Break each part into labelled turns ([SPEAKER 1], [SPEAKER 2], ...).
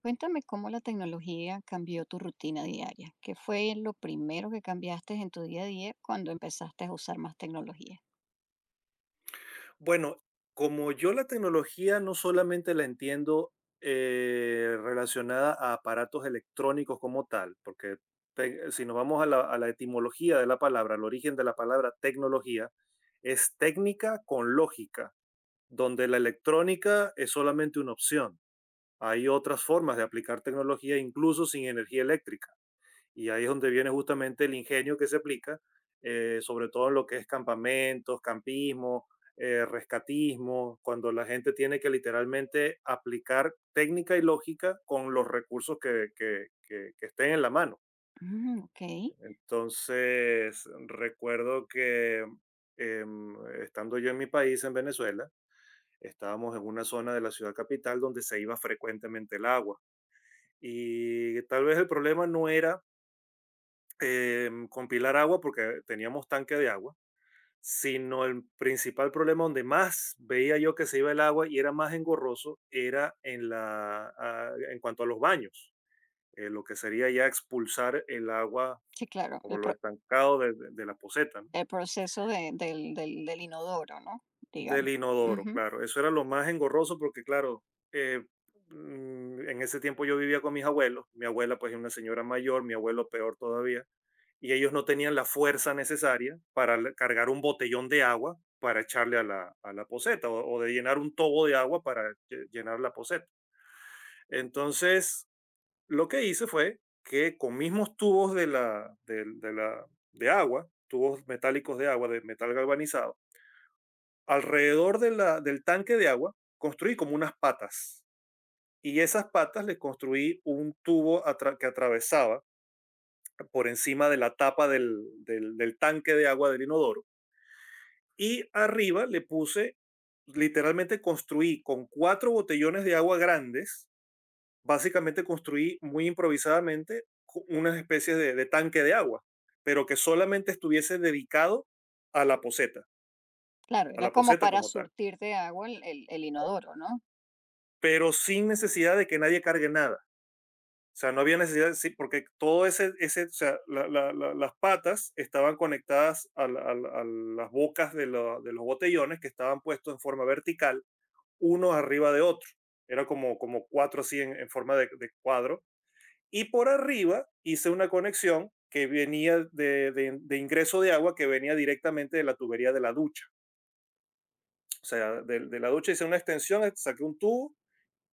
[SPEAKER 1] Cuéntame cómo la tecnología cambió tu rutina diaria. ¿Qué fue lo primero que cambiaste en tu día a día cuando empezaste a usar más tecnología?
[SPEAKER 2] Bueno, como yo la tecnología no solamente la entiendo relacionada a aparatos electrónicos como tal, porque si nos vamos a a la etimología de la palabra, al origen de la palabra tecnología, es técnica con lógica, donde la electrónica es solamente una opción. Hay otras formas de aplicar tecnología incluso sin energía eléctrica. Y ahí es donde viene justamente el ingenio que se aplica, sobre todo en lo que es campamentos, campismo, rescatismo, cuando la gente tiene que literalmente aplicar técnica y lógica con los recursos que estén en la mano.
[SPEAKER 1] Mm, ok.
[SPEAKER 2] Entonces, recuerdo que estando yo en mi país, en Venezuela, estábamos en una zona de la ciudad capital donde se iba frecuentemente el agua. Y tal vez el problema no era compilar agua porque teníamos tanque de agua, sino el principal problema donde más veía yo que se iba el agua y era más engorroso era en cuanto a los baños, lo que sería ya expulsar el agua
[SPEAKER 1] Sí, claro.
[SPEAKER 2] o lo estancado de la poseta, ¿no?
[SPEAKER 1] El proceso del inodoro, ¿no?
[SPEAKER 2] Del
[SPEAKER 1] Digamos.
[SPEAKER 2] inodoro,
[SPEAKER 1] Ujú.
[SPEAKER 2] claro. Eso era lo más engorroso porque, claro, eh, en ese tiempo yo vivía con mis abuelos. Mi abuela, pues, es una señora mayor, mi abuelo peor todavía. Y ellos no tenían la fuerza necesaria para cargar un botellón de agua para echarle a a la poceta o de llenar un tobo de agua para llenar la poceta. Entonces, lo que hice fue que con mismos tubos de, la, del- de la- de agua, tubos metálicos de agua, de metal galvanizado, alrededor de del tanque de agua construí como unas patas y esas patas le construí un tubo que atravesaba por encima de la tapa del tanque de agua del inodoro y arriba le puse, literalmente construí con cuatro botellones de agua grandes, básicamente construí muy improvisadamente unas especies de tanque de agua, pero que solamente estuviese dedicado a la poseta,
[SPEAKER 1] Claro,
[SPEAKER 2] a
[SPEAKER 1] era
[SPEAKER 2] la
[SPEAKER 1] como
[SPEAKER 2] poseta
[SPEAKER 1] para
[SPEAKER 2] como tal,
[SPEAKER 1] surtirte de agua el inodoro, ¿no?
[SPEAKER 2] pero sin necesidad de que nadie cargue nada. O sea, no había necesidad, sí, porque todo ese o sea, las patas estaban conectadas a las bocas de los botellones que estaban puestos en forma vertical, uno arriba de otro. Era como, como cuatro así en forma de cuadro. Y por arriba hice una conexión que venía de ingreso de agua que venía directamente de la tubería de la ducha. O sea, de la ducha hice una extensión, saqué un tubo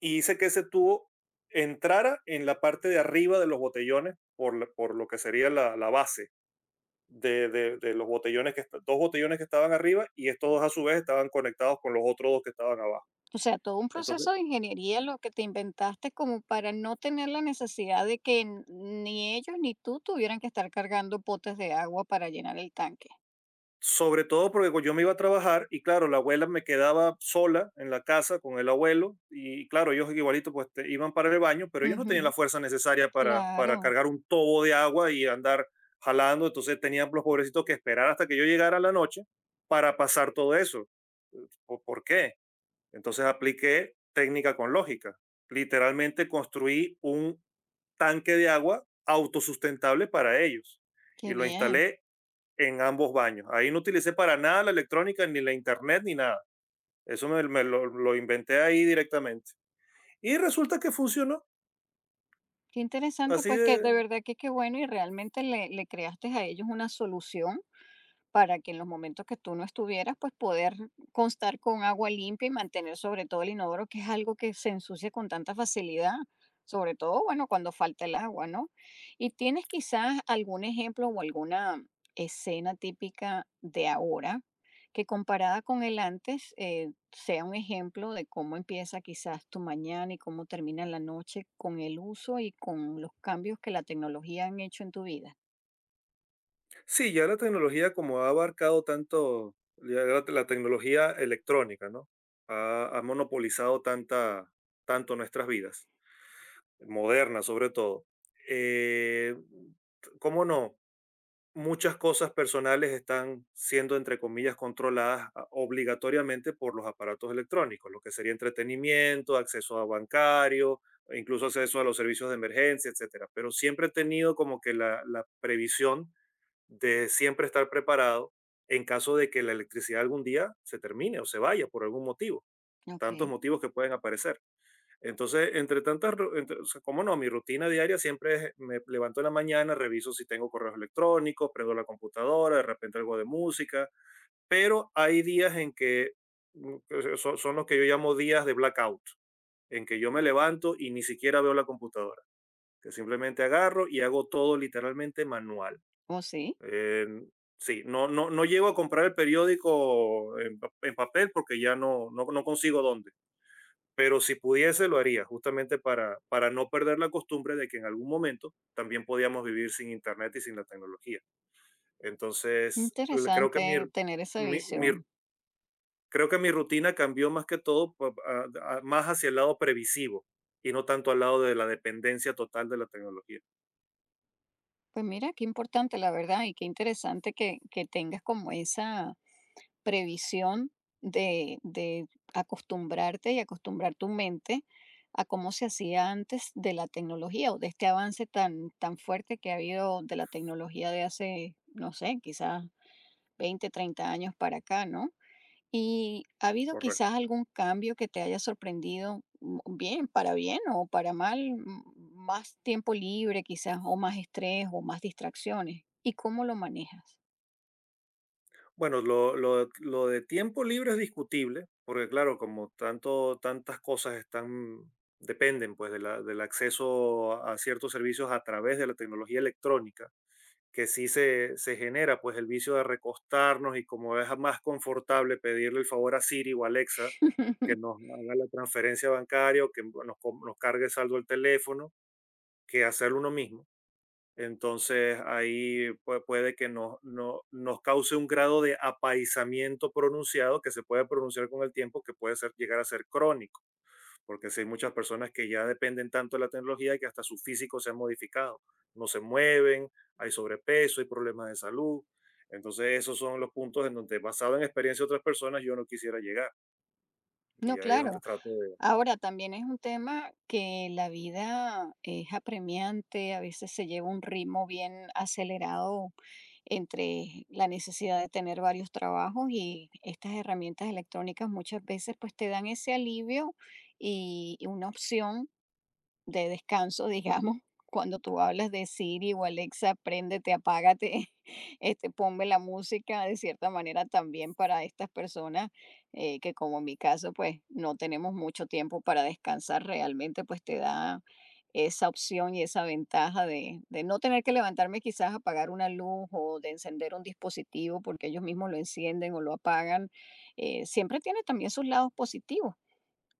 [SPEAKER 2] y hice que ese tubo entrara en la parte de arriba de los botellones, por lo que sería la base de los botellones, que dos botellones que estaban arriba y estos dos a su vez estaban conectados con los otros dos que estaban abajo.
[SPEAKER 1] O sea, todo un
[SPEAKER 2] Entonces
[SPEAKER 1] proceso de ingeniería lo que te inventaste como para no tener la necesidad de que ni ellos ni tú tuvieran que estar cargando potes de agua para llenar el tanque.
[SPEAKER 2] sobre todo porque yo me iba a trabajar y claro, la abuela me quedaba sola en la casa con el abuelo y claro, ellos igualito pues iban para el baño, pero ellos no tenían
[SPEAKER 1] Ujú.
[SPEAKER 2] la fuerza necesaria para
[SPEAKER 1] Claro.
[SPEAKER 2] cargar un tobo de agua y andar jalando, entonces tenían los pobrecitos que esperar hasta que yo llegara a la noche para pasar todo eso. ¿O por qué? Entonces apliqué técnica con lógica. Literalmente construí un tanque de agua autosustentable para ellos y
[SPEAKER 1] Qué
[SPEAKER 2] lo
[SPEAKER 1] bien,
[SPEAKER 2] instalé en ambos baños. Ahí no utilicé para nada la electrónica, ni la internet, ni nada. Eso me lo inventé ahí directamente. Y resulta que funcionó.
[SPEAKER 1] qué interesante,
[SPEAKER 2] Así
[SPEAKER 1] pues que de
[SPEAKER 2] de...
[SPEAKER 1] verdad que qué bueno y realmente le creaste a ellos una solución para que en los momentos que tú no estuvieras, pues poder constar con agua limpia y mantener sobre todo el inodoro, que es algo que se ensucia con tanta facilidad, sobre todo, bueno, cuando falta el agua, ¿no? ¿Y tienes quizás algún ejemplo o alguna escena típica de ahora que comparada con el antes sea un ejemplo de cómo empieza quizás tu mañana y cómo termina la noche con el uso y con los cambios que la tecnología han hecho en tu vida?
[SPEAKER 2] Sí, ya la tecnología como ha abarcado tanto, ya la tecnología electrónica, ¿no? Ha monopolizado tanto nuestras vidas, modernas sobre todo. Eh, ¿Cómo no? Muchas cosas personales están siendo, entre comillas, controladas, obligatoriamente por los aparatos electrónicos, lo que sería entretenimiento, acceso a bancario, e incluso acceso a los servicios de emergencia, etcétera. Pero siempre he tenido como que la previsión de siempre estar preparado en caso de que la electricidad algún día se termine o se vaya por algún motivo, tantos
[SPEAKER 1] Ok.
[SPEAKER 2] motivos que pueden aparecer. Entonces, entre tantas, ru- entre- o sea, cómo no, mi rutina diaria siempre es, me levanto en la mañana, reviso si tengo correos electrónicos, prendo la computadora, de repente algo de música, pero hay días en que o sea, son los que yo llamo días de blackout, en que yo me levanto y ni siquiera veo la computadora, que simplemente agarro y hago todo literalmente manual.
[SPEAKER 1] ¿O sí?
[SPEAKER 2] En- sí, no llego a comprar el periódico en, en papel porque ya no consigo dónde, pero si pudiese lo haría, justamente para no perder la costumbre de que en algún momento también podíamos vivir sin Internet y sin la tecnología. Entonces,
[SPEAKER 1] Interesante tener esa
[SPEAKER 2] mi- mi-
[SPEAKER 1] visión.
[SPEAKER 2] creo que mi rutina cambió más que todo más hacia el lado previsivo y no tanto al lado de la dependencia total de la tecnología.
[SPEAKER 1] Pues mira, qué importante, la verdad, y qué interesante que tengas como esa previsión de acostumbrarte y acostumbrar tu mente a cómo se hacía antes de la tecnología o de este avance tan, tan fuerte que ha habido de la tecnología de hace, no sé, quizás 20 30 años para acá, ¿no? ¿Y ha habido quizás
[SPEAKER 2] Correcto.
[SPEAKER 1] algún cambio que te haya sorprendido, mm, bien, para bien o para mal, más tiempo libre quizás, o más estrés, o más distracciones? ¿Y cómo lo manejas?
[SPEAKER 2] Bueno, lo de tiempo libre es discutible, porque claro, como tantas cosas están, dependen pues de del acceso a ciertos servicios a través de la tecnología electrónica, que sí se genera pues el vicio de recostarnos y como es más confortable pedirle el favor a Siri o Alexa que nos haga la transferencia bancaria o que nos cargue saldo el teléfono que hacerlo uno mismo. Entonces ahí puede que nos cause un grado de apaisamiento pronunciado que se puede pronunciar con el tiempo, que puede ser, llegar a ser crónico, porque si hay muchas personas que ya dependen tanto de la tecnología que hasta su físico se ha modificado, no se mueven, hay sobrepeso, hay problemas de salud. Entonces esos son los puntos en donde basado en experiencia de otras personas yo no quisiera llegar.
[SPEAKER 1] No,
[SPEAKER 2] Y ahí es donde
[SPEAKER 1] claro.
[SPEAKER 2] trato de...
[SPEAKER 1] Ahora también es un tema que la vida es apremiante, a veces se lleva un ritmo bien acelerado entre la necesidad de tener varios trabajos y estas herramientas electrónicas muchas veces pues te dan ese alivio y una opción de descanso, digamos, cuando tú hablas de Siri o Alexa, préndete, apágate, este, ponme la música, de cierta manera también para estas personas que como en mi caso, pues no tenemos mucho tiempo para descansar realmente, pues te da esa opción y esa ventaja de no tener que levantarme quizás a apagar una luz o de encender un dispositivo porque ellos mismos lo encienden o lo apagan. Siempre tiene también sus lados positivos.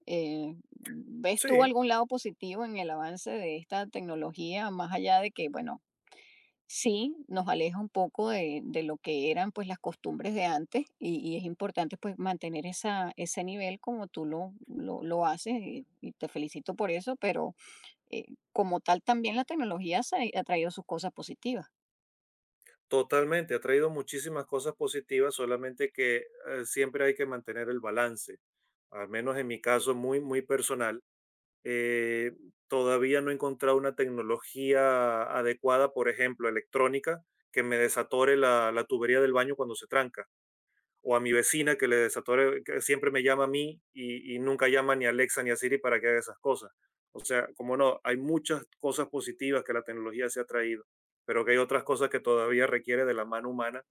[SPEAKER 1] ¿Ves tú
[SPEAKER 2] Sí,
[SPEAKER 1] algún lado positivo en el avance de esta tecnología, más allá de que, bueno, sí, nos aleja un poco de lo que eran pues las costumbres de antes y es importante pues mantener esa, ese nivel como tú lo haces y te felicito por eso, pero eh, como tal también la tecnología se ha traído sus cosas positivas.
[SPEAKER 2] totalmente, ha traído muchísimas cosas positivas, solamente que siempre hay que mantener el balance, al menos en mi caso muy, muy personal. eh, Todavía no he encontrado una tecnología adecuada, por ejemplo, electrónica, que me desatore la tubería del baño cuando se tranca o a mi vecina que le desatore, que siempre me llama a mí y nunca llama ni a Alexa ni a Siri para que haga esas cosas. O sea, como no, hay muchas cosas positivas que la tecnología se ha traído, pero que hay otras cosas que todavía requiere de la mano humana,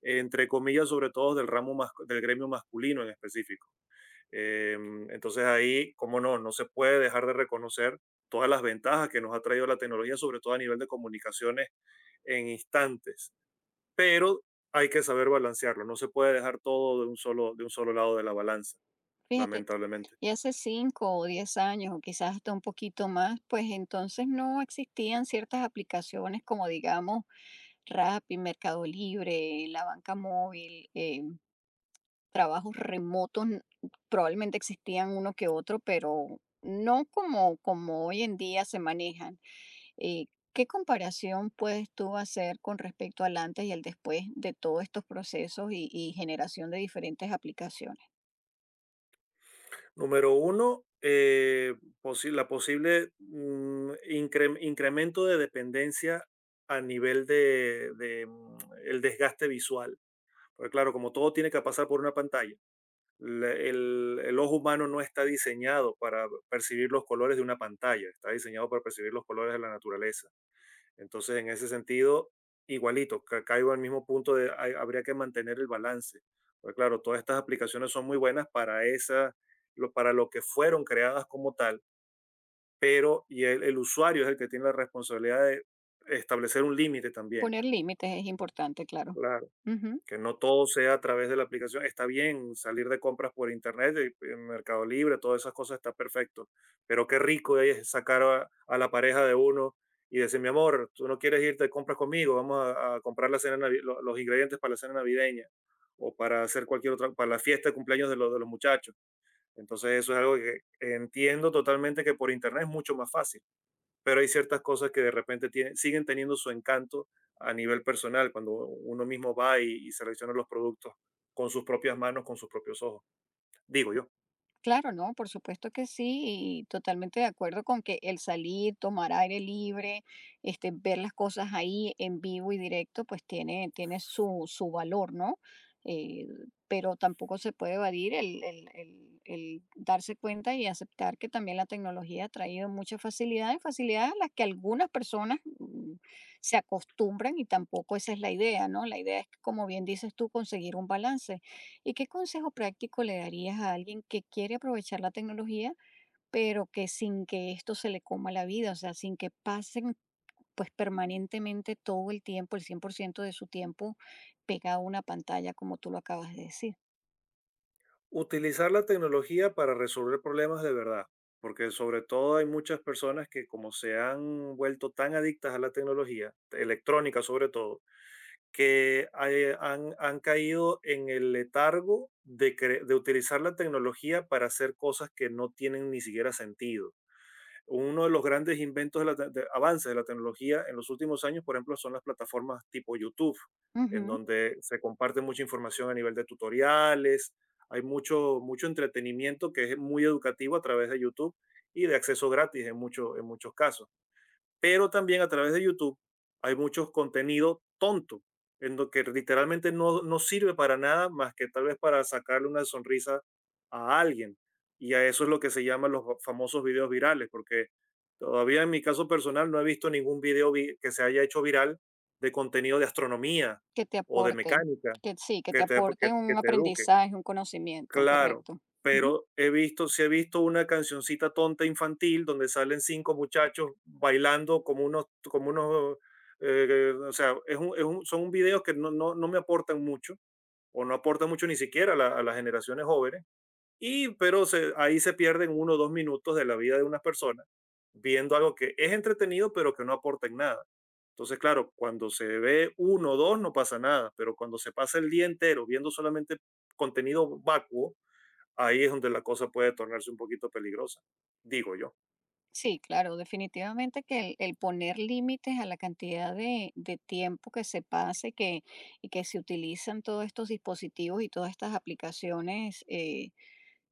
[SPEAKER 2] entre comillas, sobre todo del del gremio masculino en específico. Entonces ahí, como no, no se puede dejar de reconocer todas las ventajas que nos ha traído la tecnología, sobre todo a nivel de comunicaciones en instantes, pero hay que saber balancearlo, no se puede dejar todo de un solo lado de la balanza,
[SPEAKER 1] Fíjate,
[SPEAKER 2] lamentablemente.
[SPEAKER 1] y hace 5 o 10 años, o quizás hasta un poquito más, pues entonces no existían ciertas aplicaciones como digamos Rappi, Mercado Libre, la banca móvil, trabajos remotos, probablemente existían uno que otro, pero no como, como hoy en día se manejan. Eh, ¿Qué comparación puedes tú hacer con respecto al antes y al después de todos estos procesos y generación de diferentes aplicaciones?
[SPEAKER 2] Número uno, la posible incremento de dependencia a nivel el desgaste visual. Porque claro, como todo tiene que pasar por una pantalla, el ojo humano no está diseñado para percibir los colores de una pantalla, está diseñado para percibir los colores de la naturaleza. Entonces, en ese sentido, igualito, caigo al mismo punto de habría que mantener el balance. Porque claro, todas estas aplicaciones son muy buenas para para lo que fueron creadas como tal, pero y el usuario es el que tiene la responsabilidad de establecer un límite también.
[SPEAKER 1] Poner límites es importante, claro.
[SPEAKER 2] Claro
[SPEAKER 1] Ujú.
[SPEAKER 2] que no todo sea a través de la aplicación. Está bien salir de compras por internet, en Mercado Libre, todas esas cosas está perfecto. Pero qué rico es sacar a la pareja de uno y decir, mi amor, tú no quieres irte de compras conmigo, vamos a comprar la cena los ingredientes para la cena navideña o para hacer cualquier otra, para la fiesta de cumpleaños de de los muchachos. Entonces eso es algo que entiendo totalmente que por internet es mucho más fácil, pero hay ciertas cosas que de repente siguen teniendo su encanto a nivel personal, cuando uno mismo va y selecciona los productos con sus propias manos, con sus propios ojos, digo yo.
[SPEAKER 1] Claro, no, por supuesto que sí, y totalmente de acuerdo con que el salir, tomar aire libre, este, ver las cosas ahí en vivo y directo, pues tiene, tiene su, su valor, ¿no? Eh, pero tampoco se puede evadir el darse cuenta y aceptar que también la tecnología ha traído muchas facilidades, facilidades a las que algunas personas mm, se acostumbran y tampoco esa es la idea, ¿no? La idea es, como bien dices tú, conseguir un balance. ¿Y qué consejo práctico le darías a alguien que quiere aprovechar la tecnología, pero que sin que esto se le coma la vida, o sea, sin que pasen pues permanentemente todo el tiempo, el 100% de su tiempo pegado a una pantalla, como tú lo acabas de decir?
[SPEAKER 2] Utilizar la tecnología para resolver problemas de verdad, porque sobre todo hay muchas personas que como se han vuelto tan adictas a la tecnología, electrónica sobre todo, que han caído en el letargo de, de utilizar la tecnología para hacer cosas que no tienen ni siquiera sentido. Uno de los grandes inventos de la de avances de la tecnología en los últimos años, por ejemplo, son las plataformas tipo YouTube, en
[SPEAKER 1] Ujú.
[SPEAKER 2] donde se comparte mucha información a nivel de tutoriales, hay mucho entretenimiento que es muy educativo a través de YouTube y de acceso gratis en, en muchos casos, pero también a través de YouTube hay muchos contenido tonto, en lo que literalmente no sirve para nada más que tal vez para sacarle una sonrisa a alguien. Y a eso es lo que se llaman los famosos videos virales, porque todavía en mi caso personal no he visto ningún que se haya hecho viral de contenido de astronomía
[SPEAKER 1] Que te
[SPEAKER 2] o de
[SPEAKER 1] aporte,
[SPEAKER 2] mecánica
[SPEAKER 1] que sí, que te
[SPEAKER 2] que
[SPEAKER 1] aporte un
[SPEAKER 2] que te eduque.
[SPEAKER 1] aprendizaje, un conocimiento,
[SPEAKER 2] Claro,
[SPEAKER 1] correcto. Ujú.
[SPEAKER 2] pero he visto, sí he visto una cancioncita tonta infantil donde salen cinco muchachos bailando como unos, son videos que no me aportan mucho o no aportan mucho ni siquiera a, a las generaciones jóvenes, y pero ahí se pierden uno o dos minutos de la vida de unas personas viendo algo que es entretenido pero que no aporta en nada. Entonces, claro, cuando se ve uno o dos no pasa nada, pero cuando se pasa el día entero viendo solamente contenido vacuo, ahí es donde la cosa puede tornarse un poquito peligrosa, digo yo.
[SPEAKER 1] Sí, claro, definitivamente que el poner límites a la cantidad de tiempo que se pasa y que se utilizan todos estos dispositivos y todas estas aplicaciones eh,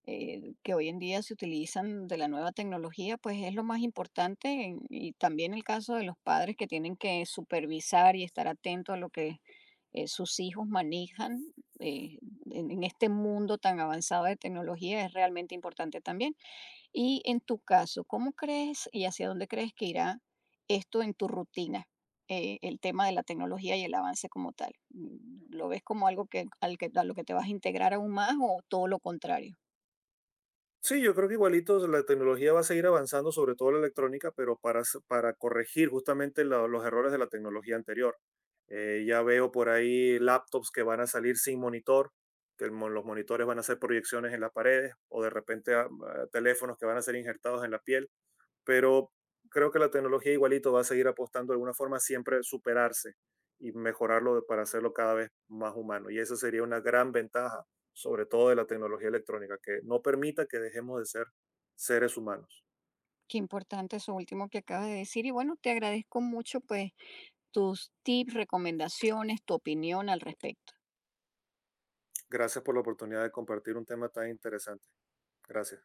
[SPEAKER 1] eh, que hoy en día se utilizan de la nueva tecnología, pues es lo más importante y también el caso de los padres que tienen que supervisar y estar atentos a lo que sus hijos manejan eh, en este mundo tan avanzado de tecnología es realmente importante también. Y en tu caso, ¿cómo crees y hacia dónde crees que irá esto en tu rutina? El tema de la tecnología y el avance como tal. Mm, ¿lo ves como algo que, al que, a lo que te vas a integrar aún más o todo lo contrario?
[SPEAKER 2] Sí, yo creo que igualito la tecnología va a seguir avanzando, sobre todo la electrónica, pero para, para corregir justamente los errores de la tecnología anterior. Ya veo por ahí laptops que van a salir sin monitor, que los monitores van a hacer proyecciones en las paredes, o de repente teléfonos que van a ser injertados en la piel, pero creo que la tecnología igualito va a seguir apostando de alguna forma siempre a superarse y mejorarlo para hacerlo cada vez más humano. Y esa sería una gran ventaja, sobre todo de la tecnología electrónica, que no permita que dejemos de ser seres humanos.
[SPEAKER 1] Qué importante eso último que acabas de decir. Y bueno, te agradezco mucho pues tus tips, recomendaciones, tu opinión al respecto.
[SPEAKER 2] Gracias por la oportunidad de compartir un tema tan interesante. Gracias.